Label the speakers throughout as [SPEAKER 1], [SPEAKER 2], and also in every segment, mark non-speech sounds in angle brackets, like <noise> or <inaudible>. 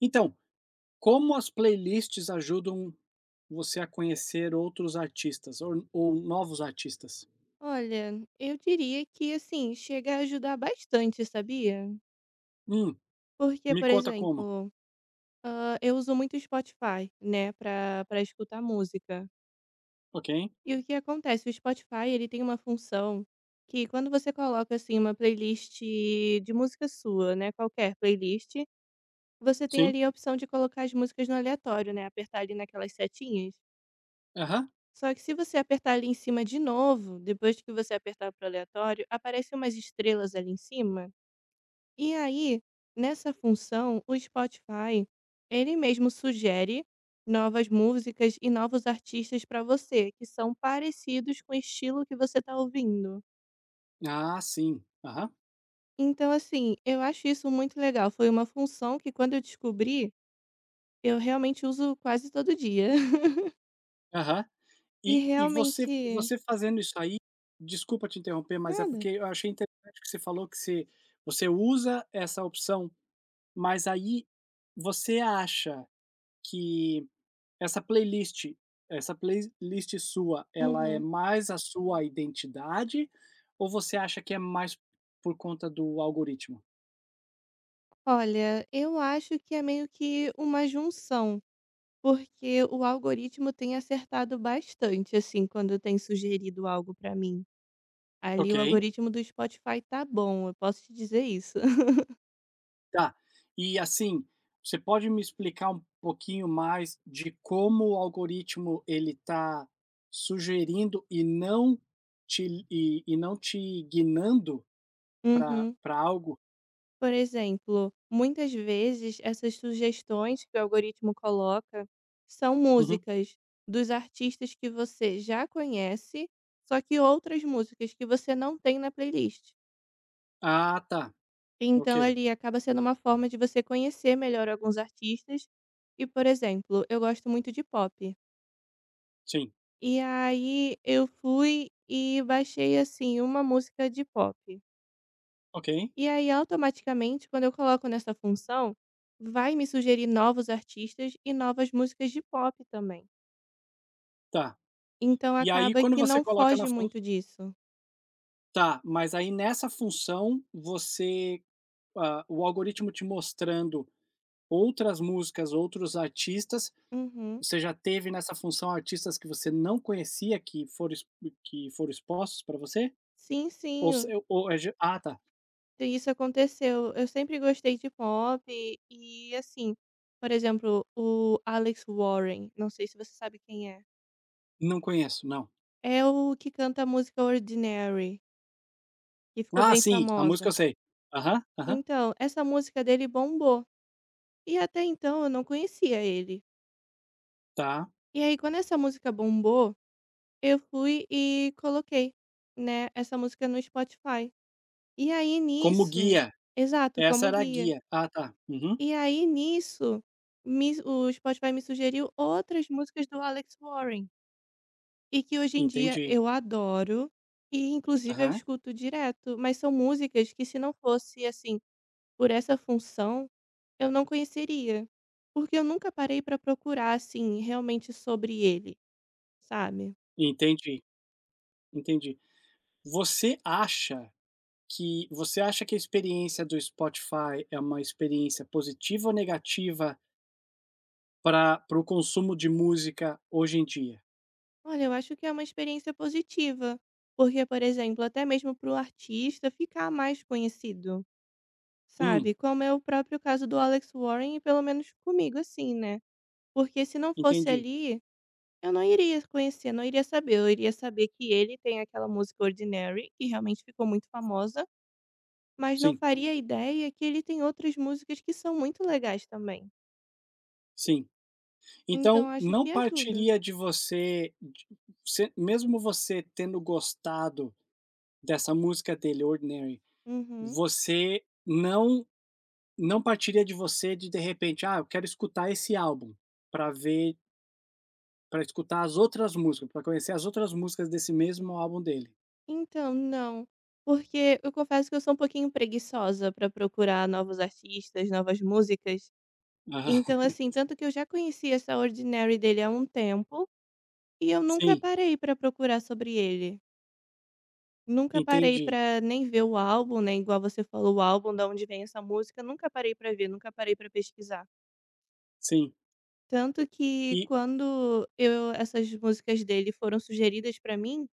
[SPEAKER 1] Então, como as playlists ajudam você a conhecer outros artistas ou novos artistas?
[SPEAKER 2] Olha, eu diria que assim, chega a ajudar bastante, sabia?
[SPEAKER 1] Hum,
[SPEAKER 2] Porque,
[SPEAKER 1] me
[SPEAKER 2] por
[SPEAKER 1] conta como.
[SPEAKER 2] exemplo, eu uso muito o Spotify, né, pra escutar música.
[SPEAKER 1] Ok,
[SPEAKER 2] E o que acontece? O Spotify, ele tem uma função que quando você coloca, assim, uma playlist de música sua, né, qualquer playlist, você tem
[SPEAKER 1] sim.
[SPEAKER 2] ali a opção de colocar as músicas no aleatório, né, apertar ali naquelas setinhas.
[SPEAKER 1] Aham.
[SPEAKER 2] Só que se você apertar ali em cima de novo, depois que você apertar pro aleatório, aparecem umas estrelas ali em cima. E aí, nessa função, o Spotify, ele mesmo sugere novas músicas e novos artistas para você, que são parecidos com o estilo que você tá ouvindo.
[SPEAKER 1] Ah, sim. Aham,
[SPEAKER 2] Então, assim, eu acho isso muito legal. Foi uma função que, quando eu descobri, eu realmente uso quase todo dia. <laughs>
[SPEAKER 1] aham.
[SPEAKER 2] E
[SPEAKER 1] E e você
[SPEAKER 2] realmente.
[SPEAKER 1] você fazendo isso aí desculpa te interromper, mas é
[SPEAKER 2] Nada.
[SPEAKER 1] porque eu achei interessante que você falou que você usa essa opção, mas aí você acha que Essa playlist essa playlist sua, ela é
[SPEAKER 2] Uhum.
[SPEAKER 1] mais a sua identidade ou você acha que é mais por conta do algoritmo?
[SPEAKER 2] Olha, eu acho que é meio que uma junção. Porque o algoritmo tem acertado bastante, assim, quando tem sugerido algo pra mim. Ali o
[SPEAKER 1] Ok.
[SPEAKER 2] algoritmo do Spotify tá bom, eu posso te dizer isso. <laughs>
[SPEAKER 1] Tá. E assim, você pode me explicar um pouquinho mais de como o algoritmo ele está sugerindo e não te guinando para
[SPEAKER 2] Uhum.
[SPEAKER 1] pra algo?
[SPEAKER 2] Por exemplo, muitas vezes essas sugestões que o algoritmo coloca são
[SPEAKER 1] Uhum.
[SPEAKER 2] músicas dos artistas que você já conhece, só que outras músicas que você não tem na playlist.
[SPEAKER 1] Ah, tá. Ok.
[SPEAKER 2] Então ali acaba sendo uma forma de você conhecer melhor alguns artistas. E, por exemplo, eu gosto muito de pop.
[SPEAKER 1] Sim.
[SPEAKER 2] E aí eu fui e baixei, assim, uma música de pop.
[SPEAKER 1] Ok.
[SPEAKER 2] E aí, automaticamente, quando eu coloco nessa função, vai me sugerir novos artistas e novas músicas de pop também.
[SPEAKER 1] Tá.
[SPEAKER 2] Então
[SPEAKER 1] E aí
[SPEAKER 2] acaba
[SPEAKER 1] quando
[SPEAKER 2] que
[SPEAKER 1] você
[SPEAKER 2] não
[SPEAKER 1] coloca na
[SPEAKER 2] foge
[SPEAKER 1] fun
[SPEAKER 2] muito disso.
[SPEAKER 1] Tá, mas aí nessa função você ah, o algoritmo te mostrando outras músicas, outros artistas,
[SPEAKER 2] Uhum.
[SPEAKER 1] você já teve nessa função artistas que você não conhecia que foram expostos para você?
[SPEAKER 2] Sim,
[SPEAKER 1] Ou
[SPEAKER 2] sim,
[SPEAKER 1] se ou é ge ah tá,
[SPEAKER 2] isso aconteceu. Eu sempre gostei de pop e assim, por exemplo, o Alex Warren, não sei se você sabe quem é.
[SPEAKER 1] não conheço, não.
[SPEAKER 2] É o que canta a música Ordinary, que ficou
[SPEAKER 1] Ah
[SPEAKER 2] bem
[SPEAKER 1] sim, a música eu
[SPEAKER 2] famosa.
[SPEAKER 1] sei. Aham, aham,
[SPEAKER 2] Então, essa música dele bombou, e até então eu não conhecia ele.
[SPEAKER 1] tá.
[SPEAKER 2] E aí quando essa música bombou, eu fui e coloquei, né, essa música no Spotify. E aí
[SPEAKER 1] Como
[SPEAKER 2] nisso
[SPEAKER 1] guia,
[SPEAKER 2] exato,
[SPEAKER 1] essa
[SPEAKER 2] como
[SPEAKER 1] era a
[SPEAKER 2] guia.
[SPEAKER 1] guia. Ah tá, uhum,
[SPEAKER 2] E aí nisso, me o Spotify me sugeriu outras músicas do Alex Warren, e que hoje em dia
[SPEAKER 1] entendi.
[SPEAKER 2] eu adoro, e inclusive eu
[SPEAKER 1] Aham,
[SPEAKER 2] escuto direto, mas são músicas que se não fosse, assim, por essa função eu não conheceria, porque eu nunca parei pra procurar, assim, realmente sobre ele, sabe.
[SPEAKER 1] entendi, entendi. Você acha você acha que a experiência do Spotify é uma experiência positiva ou negativa para o consumo de música hoje em dia?
[SPEAKER 2] Olha, eu acho que é uma experiência positiva, porque, por exemplo, até mesmo para o artista ficar mais conhecido,
[SPEAKER 1] Hum,
[SPEAKER 2] sabe, como é o próprio caso do Alex Warren, e pelo menos comigo, assim, né, porque se não fosse
[SPEAKER 1] entendi.
[SPEAKER 2] ali, eu não iria conhecer, não iria saber, eu iria saber que ele tem aquela música Ordinary, que realmente ficou muito famosa, mas não
[SPEAKER 1] Sim,
[SPEAKER 2] faria ideia que ele tem outras músicas que são muito legais também.
[SPEAKER 1] sim.
[SPEAKER 2] Então
[SPEAKER 1] Então
[SPEAKER 2] acho
[SPEAKER 1] não
[SPEAKER 2] que ajuda.
[SPEAKER 1] partiria de você mesmo você tendo gostado dessa música dele, Ordinary,
[SPEAKER 2] Uhum.
[SPEAKER 1] você não partiria de você de repente: "Ah, eu quero escutar esse álbum", para ver para escutar as outras músicas, para conhecer as outras músicas desse mesmo álbum dele?
[SPEAKER 2] Então, não, porque eu confesso que eu sou um pouquinho preguiçosa para procurar novos artistas, novas músicas.
[SPEAKER 1] Aham.
[SPEAKER 2] Então, assim,
[SPEAKER 1] <laughs>
[SPEAKER 2] tanto que eu já conhecia essa Ordinary dele há um tempo e eu nunca
[SPEAKER 1] Sim,
[SPEAKER 2] parei para procurar sobre ele. Nunca parei
[SPEAKER 1] entendi.
[SPEAKER 2] para nem ver o álbum, né, igual você falou, o álbum da onde vem essa música, nunca parei para ver, nunca parei para pesquisar.
[SPEAKER 1] Sim.
[SPEAKER 2] Tanto que
[SPEAKER 1] E
[SPEAKER 2] quando eu essas músicas dele foram sugeridas para mim,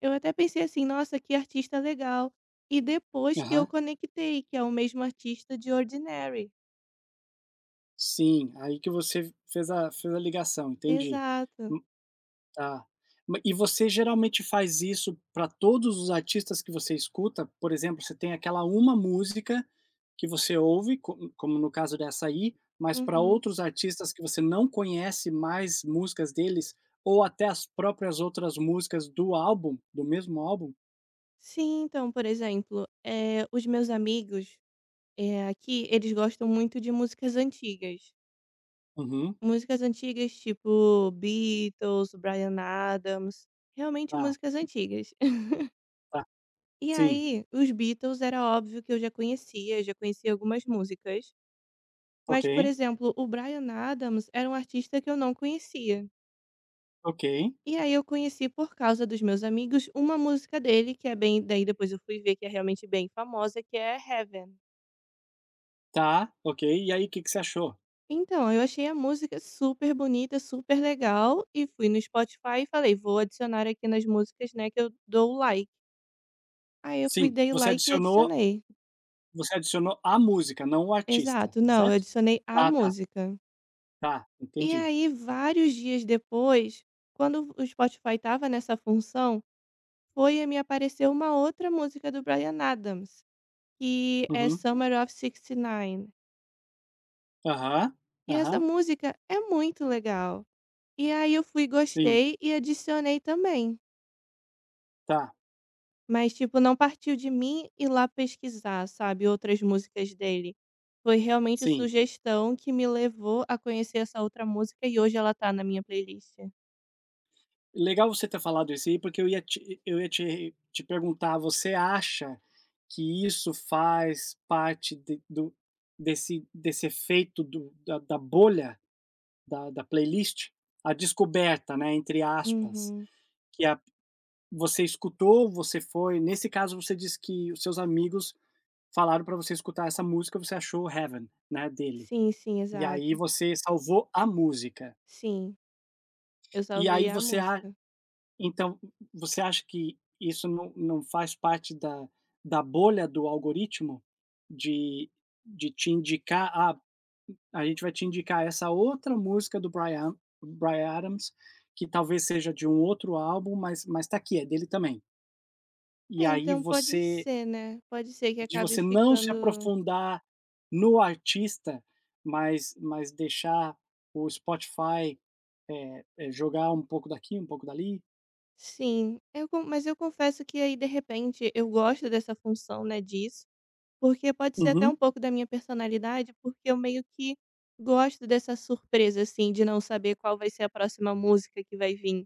[SPEAKER 2] eu até pensei assim: "Nossa, que artista legal". E depois que eu
[SPEAKER 1] aham.
[SPEAKER 2] conectei, que é o mesmo artista de Ordinary.
[SPEAKER 1] Sim, aí que você fez a ligação, entendi.
[SPEAKER 2] Exato.
[SPEAKER 1] Hum, tá. Ma e você geralmente faz isso para todos os artistas que você escuta? Por exemplo, você tem aquela uma música que você ouve, co como no caso dessa aí, mas para
[SPEAKER 2] Uhum.
[SPEAKER 1] outros artistas que você não conhece mais músicas deles, ou até as próprias outras músicas do álbum, do mesmo álbum?
[SPEAKER 2] Sim, então, por exemplo, os meus amigos, aqui, eles gostam muito de músicas antigas.
[SPEAKER 1] Uhum.
[SPEAKER 2] Músicas antigas tipo Beatles, Bryan Adams, realmente
[SPEAKER 1] Tá,
[SPEAKER 2] músicas antigas. <laughs>
[SPEAKER 1] tá.
[SPEAKER 2] E
[SPEAKER 1] Sim,
[SPEAKER 2] aí, os Beatles era óbvio que eu já conhecia algumas músicas, mas, por
[SPEAKER 1] ok.
[SPEAKER 2] exemplo, o Bryan Adams era um artista que eu não conhecia.
[SPEAKER 1] Ok,
[SPEAKER 2] E aí eu conheci por causa dos meus amigos uma música dele que é bem daí depois eu fui ver que é realmente bem famosa, que é Heaven.
[SPEAKER 1] tá, ok. E aí, o que que você achou?
[SPEAKER 2] Então, eu achei a música super bonita, super legal e fui no Spotify e falei: "Vou adicionar aqui nas músicas, né, que eu dou like". Aí eu fui,
[SPEAKER 1] Sim,
[SPEAKER 2] dei
[SPEAKER 1] você
[SPEAKER 2] like e
[SPEAKER 1] adicionou
[SPEAKER 2] adicionei.
[SPEAKER 1] você adicionou a música, não o artista,
[SPEAKER 2] Exato, não, eu
[SPEAKER 1] certo?
[SPEAKER 2] adicionei a
[SPEAKER 1] Ah, tá,
[SPEAKER 2] música.
[SPEAKER 1] tá,
[SPEAKER 2] E
[SPEAKER 1] entendi.
[SPEAKER 2] aí vários dias depois, quando o Spotify estava nessa função, foi e me apareceu uma outra música do Bryan Adams, que é
[SPEAKER 1] Uhum.
[SPEAKER 2] Summer of '69. E nove.
[SPEAKER 1] Aham,
[SPEAKER 2] E essa
[SPEAKER 1] aham,
[SPEAKER 2] música é muito legal. E aí eu fui,
[SPEAKER 1] sim,
[SPEAKER 2] gostei e adicionei também.
[SPEAKER 1] tá,
[SPEAKER 2] Mas, tipo, não partiu de mim ir lá pesquisar, sabe, outras músicas dele. Foi realmente
[SPEAKER 1] sim.
[SPEAKER 2] sugestão que me levou a conhecer essa outra música e hoje ela tá na minha playlist.
[SPEAKER 1] Legal você ter falado isso aí, porque eu ia te perguntar, você acha que isso faz parte de do desse efeito do da da bolha, da playlist? A descoberta, né, entre aspas,
[SPEAKER 2] Uhum.
[SPEAKER 1] que a Você escutou, você foi nesse caso você disse que os seus amigos falaram para você escutar essa música, você achou Heaven, né, dele.
[SPEAKER 2] Sim, sim,
[SPEAKER 1] E aí
[SPEAKER 2] exato.
[SPEAKER 1] você salvou a música.
[SPEAKER 2] Sim, eu
[SPEAKER 1] E
[SPEAKER 2] salvei
[SPEAKER 1] aí
[SPEAKER 2] a
[SPEAKER 1] você a
[SPEAKER 2] música.
[SPEAKER 1] então você acha que isso não faz parte da bolha do algoritmo? De de te indicar: "Ah, a gente vai te indicar essa outra música do Brian Adams, que talvez seja de um outro álbum, mas tá aqui, é dele também". E
[SPEAKER 2] É,
[SPEAKER 1] aí
[SPEAKER 2] então pode
[SPEAKER 1] você
[SPEAKER 2] ser, né, pode ser que
[SPEAKER 1] De
[SPEAKER 2] acabe
[SPEAKER 1] você não se
[SPEAKER 2] ficando
[SPEAKER 1] aprofundar no artista, mas deixar o Spotify, eh, jogar um pouco daqui, um pouco dali.
[SPEAKER 2] sim, eu con mas eu confesso que aí, de repente, eu gosto dessa função, né, disso, porque pode ser até um
[SPEAKER 1] Uhum,
[SPEAKER 2] pouco da minha personalidade, porque eu meio que gosto dessa surpresa, assim, de não saber qual vai ser a próxima música que vai vir,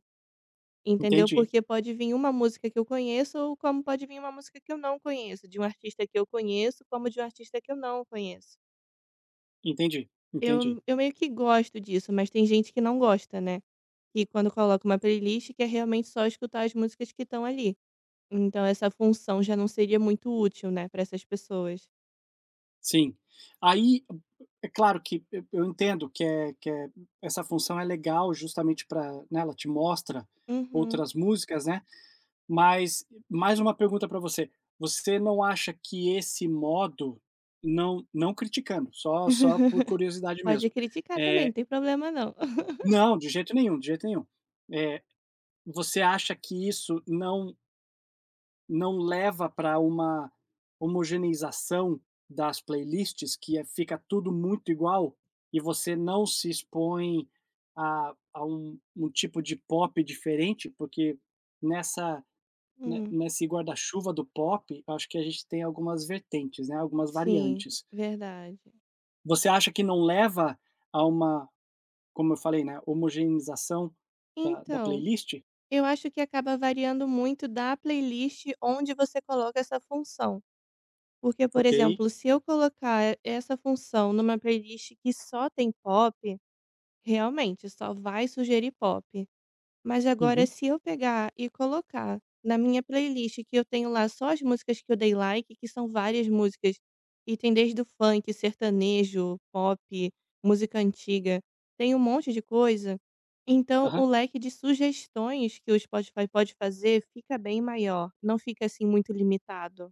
[SPEAKER 2] entendeu,
[SPEAKER 1] entendi,
[SPEAKER 2] porque pode vir uma música que eu conheço ou como pode vir uma música que eu não conheço, de um artista que eu conheço, como de um artista que eu não conheço. Eu
[SPEAKER 1] entendi.
[SPEAKER 2] eu meio que gosto disso, mas tem gente que não gosta, né. E quando coloco uma playlist que é realmente só escutar as músicas que estão ali. Então essa função já não seria muito útil, né, para essas pessoas.
[SPEAKER 1] Sim. Aí, é claro que eu entendo que essa função é legal justamente para né, ela te mostra
[SPEAKER 2] Uhum.
[SPEAKER 1] outras músicas, né, mas mais uma pergunta para você, você não acha que esse modo não não criticando, só por
[SPEAKER 2] <laughs>
[SPEAKER 1] curiosidade
[SPEAKER 2] Pode
[SPEAKER 1] mesmo,
[SPEAKER 2] criticar também,
[SPEAKER 1] eh
[SPEAKER 2] não tem problema não. <laughs>
[SPEAKER 1] não, de jeito nenhum, de jeito nenhum. Eh, você acha que isso não leva para uma homogeneização das playlists, que é fica tudo muito igual, e você não se expõe a um tipo de pop diferente? Porque nessa Ne
[SPEAKER 2] Hum,
[SPEAKER 1] nesse guarda-chuva do pop, acho que a gente tem algumas vertentes, né, algumas
[SPEAKER 2] sim,
[SPEAKER 1] variantes.
[SPEAKER 2] verdade.
[SPEAKER 1] Você acha que não leva a uma, como eu falei, né, homogeneização da
[SPEAKER 2] Então,
[SPEAKER 1] playlist?
[SPEAKER 2] eu acho que acaba variando muito da playlist onde você coloca essa função. Porque, por
[SPEAKER 1] Ok.
[SPEAKER 2] exemplo, se eu colocar essa função numa playlist que só tem pop, realmente só vai sugerir pop. Mas agora
[SPEAKER 1] Uhum.
[SPEAKER 2] se eu pegar e colocar na minha playlist que eu tenho lá só as músicas que eu dei like, que são várias músicas, e tem desde o funk, sertanejo, pop, música antiga, tem um monte de coisa, então o
[SPEAKER 1] Aham.
[SPEAKER 2] leque de sugestões que o Spotify pode fazer fica bem maior, não fica assim muito limitado,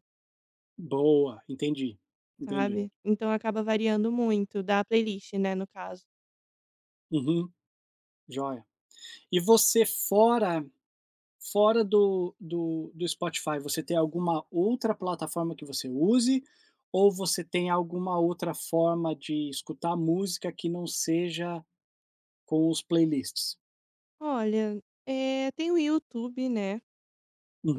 [SPEAKER 1] Boa, entendi, entendi.
[SPEAKER 2] sabe. Então acaba variando muito, da playlist, né, no caso.
[SPEAKER 1] Uhum, joia. E você fora fora do Spotify, você tem alguma outra plataforma que você use, ou você tem alguma outra forma de escutar música que não seja com os playlists?
[SPEAKER 2] Olha, tem o YouTube, né.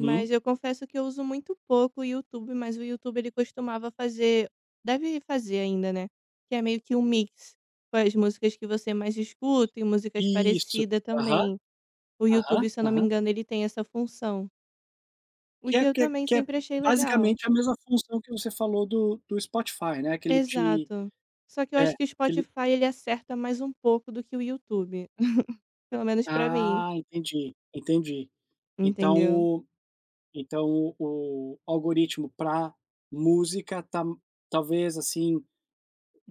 [SPEAKER 2] Mas eu confesso que eu uso muito pouco o YouTube, mas o YouTube ele costumava fazer, deve fazer ainda, né, que é meio que um mix com as músicas que você mais escuta e músicas
[SPEAKER 1] Isso.
[SPEAKER 2] parecidas
[SPEAKER 1] Aham,
[SPEAKER 2] também. O
[SPEAKER 1] aham,
[SPEAKER 2] YouTube, se eu não me
[SPEAKER 1] aham.
[SPEAKER 2] engano, ele tem essa função, o
[SPEAKER 1] Que é
[SPEAKER 2] que eu
[SPEAKER 1] que é
[SPEAKER 2] também
[SPEAKER 1] que é
[SPEAKER 2] sempre achei legal.
[SPEAKER 1] basicamente a mesma função que você falou do Spotify, né, que ele te
[SPEAKER 2] Exato. Só que eu
[SPEAKER 1] é,
[SPEAKER 2] acho que o
[SPEAKER 1] que ele
[SPEAKER 2] Spotify ele acerta mais um pouco do que o YouTube, <laughs> pelo menos pra mim,
[SPEAKER 1] ah, entendi, entendi. Então
[SPEAKER 2] entendeu.
[SPEAKER 1] o então o algoritmo para música tá talvez, assim,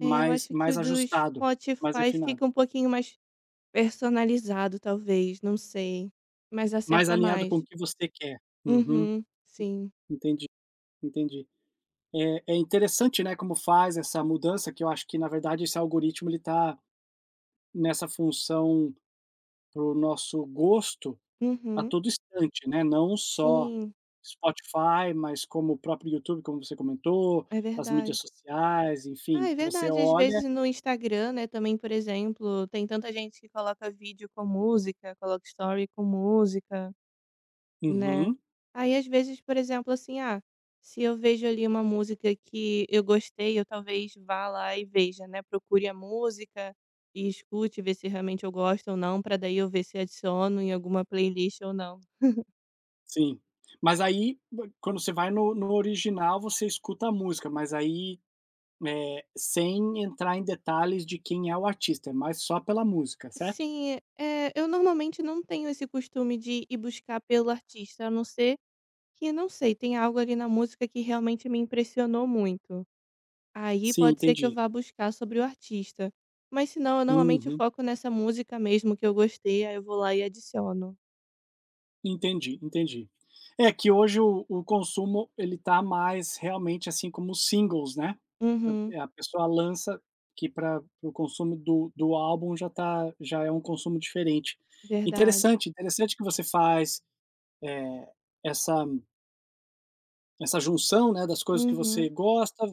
[SPEAKER 2] É, eu acho que
[SPEAKER 1] mais
[SPEAKER 2] o do
[SPEAKER 1] ajustado, mais
[SPEAKER 2] Spotify
[SPEAKER 1] refinado,
[SPEAKER 2] fica um pouquinho mais personalizado talvez, não sei, mas
[SPEAKER 1] mais
[SPEAKER 2] acerta
[SPEAKER 1] alinhado com o
[SPEAKER 2] mais.
[SPEAKER 1] que você quer. Uhum.
[SPEAKER 2] Uhum, sim.
[SPEAKER 1] Entendi, entendi. É interessante, né, como faz essa mudança que eu acho que na verdade esse algoritmo ele tá nessa função para o nosso gosto a
[SPEAKER 2] Uhum,
[SPEAKER 1] todo instante, né, não só
[SPEAKER 2] sim,
[SPEAKER 1] Spotify, mas como o próprio YouTube, como você comentou,
[SPEAKER 2] é
[SPEAKER 1] as
[SPEAKER 2] verdade.
[SPEAKER 1] mídias sociais,
[SPEAKER 2] Ah,
[SPEAKER 1] enfim,
[SPEAKER 2] é
[SPEAKER 1] você
[SPEAKER 2] verdade, às
[SPEAKER 1] olha
[SPEAKER 2] vezes no Instagram, né, também, por exemplo, tem tanta gente que coloca vídeo com música, coloca story com música. Né.
[SPEAKER 1] Uhum,
[SPEAKER 2] Aí, às vezes, por exemplo, assim, se eu vejo ali uma música que eu gostei, eu talvez vá lá e veja, né, procure a música e escute, ver se realmente eu gosto ou não, para daí eu ver se adiciono em alguma playlist ou não.
[SPEAKER 1] sim. Mas aí, quando você vai no original, você escuta a música, mas aí, eh, sem entrar em detalhes de quem é o artista, é mais só pela música, certo?
[SPEAKER 2] Sim, é eu normalmente não tenho esse costume de ir buscar pelo artista, a não ser que, não sei, tem algo ali na música que realmente me impressionou muito. Aí
[SPEAKER 1] Sim,
[SPEAKER 2] pode ser que eu
[SPEAKER 1] entendi.
[SPEAKER 2] vá buscar sobre o artista. Mas se não, eu normalmente
[SPEAKER 1] Uhum.
[SPEAKER 2] foco nessa música mesmo que eu gostei, aí eu vou lá e adiciono.
[SPEAKER 1] Entendi, entendi. É que hoje o consumo ele tá mais realmente, assim, como singles, né.
[SPEAKER 2] Uhum,
[SPEAKER 1] A pessoa lança que para o consumo do álbum já é um consumo diferente.
[SPEAKER 2] verdade.
[SPEAKER 1] Interessante, interessante que você faz, eh, essa essa junção, né, das coisas que você
[SPEAKER 2] Uhum,
[SPEAKER 1] gosta,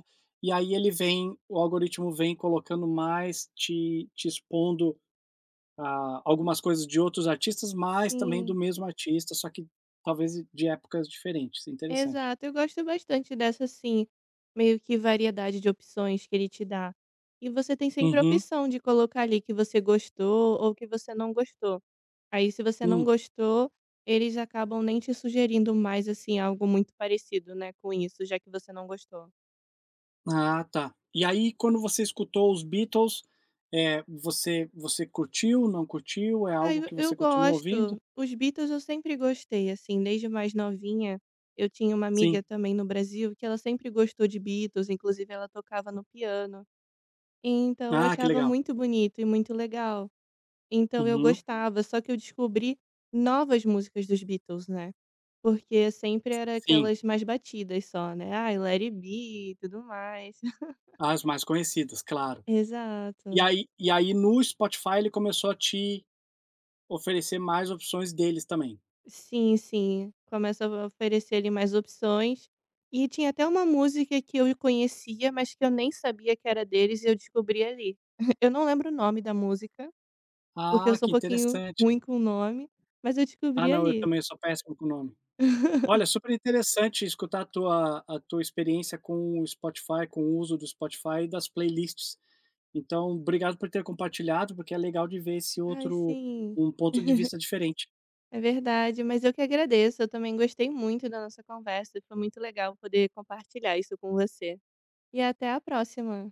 [SPEAKER 1] e aí ele vem o algoritmo vem colocando mais, te expondo ah, algumas coisas de outros artistas, mas também do
[SPEAKER 2] sim.
[SPEAKER 1] mesmo artista, só que talvez de épocas diferentes, interessante.
[SPEAKER 2] Exato, eu gosto bastante dessa, assim, meio que variedade de opções que ele te dá. E você tem sempre a
[SPEAKER 1] Uhum.
[SPEAKER 2] opção de colocar ali que você gostou ou que você não gostou. Aí, se você não
[SPEAKER 1] Hum.
[SPEAKER 2] gostou, eles acabam nem te sugerindo mais, assim, algo muito parecido, né, com isso, já que você não gostou.
[SPEAKER 1] Ah, tá. E aí quando você escutou os Beatles, eh, você curtiu, não curtiu? É
[SPEAKER 2] Ah,
[SPEAKER 1] algo
[SPEAKER 2] eu
[SPEAKER 1] que
[SPEAKER 2] eu
[SPEAKER 1] você continua ouvindo?
[SPEAKER 2] gosto. Os Beatles eu sempre gostei, assim, desde mais novinha, eu tinha uma amiga
[SPEAKER 1] Sim.
[SPEAKER 2] também no Brasil que ela sempre gostou de Beatles, inclusive ela tocava no piano. Então eu
[SPEAKER 1] Ah, que
[SPEAKER 2] achava
[SPEAKER 1] legal.
[SPEAKER 2] muito bonito e muito legal. Então eu
[SPEAKER 1] Uhum.
[SPEAKER 2] gostava, só que eu descobri novas músicas dos Beatles, né? Porque sempre era
[SPEAKER 1] Sim,
[SPEAKER 2] aquelas mais batidas só, né? Ai, Let It Be e tudo mais. <laughs>
[SPEAKER 1] as mais conhecidas, claro. E
[SPEAKER 2] Exato.
[SPEAKER 1] aí e aí no Spotify ele começou a te oferecer mais opções deles também?
[SPEAKER 2] Sim, sim. Começa a oferecer ali mais opções. E tinha até uma música que eu conhecia, mas que eu nem sabia que era deles e eu descobri ali. <laughs> Eu não lembro o nome da música, porque eu
[SPEAKER 1] Ah,
[SPEAKER 2] sou um
[SPEAKER 1] que
[SPEAKER 2] pouquinho
[SPEAKER 1] interessante.
[SPEAKER 2] ruim com o nome, mas eu
[SPEAKER 1] Ah
[SPEAKER 2] descobri
[SPEAKER 1] não, eu
[SPEAKER 2] ali.
[SPEAKER 1] também sou péssimo com o nome. Olha,
[SPEAKER 2] <laughs>
[SPEAKER 1] super interessante escutar a tua experiência com o Spotify, com o uso do Spotify e das playlists. Então, obrigado por ter compartilhado, porque é legal de ver esse
[SPEAKER 2] Ai,
[SPEAKER 1] outro
[SPEAKER 2] sim,
[SPEAKER 1] um ponto de vista diferente.
[SPEAKER 2] é verdade. Mas eu que agradeço. Eu também gostei muito da nossa conversa. Foi muito legal poder compartilhar isso com você. E até a próxima.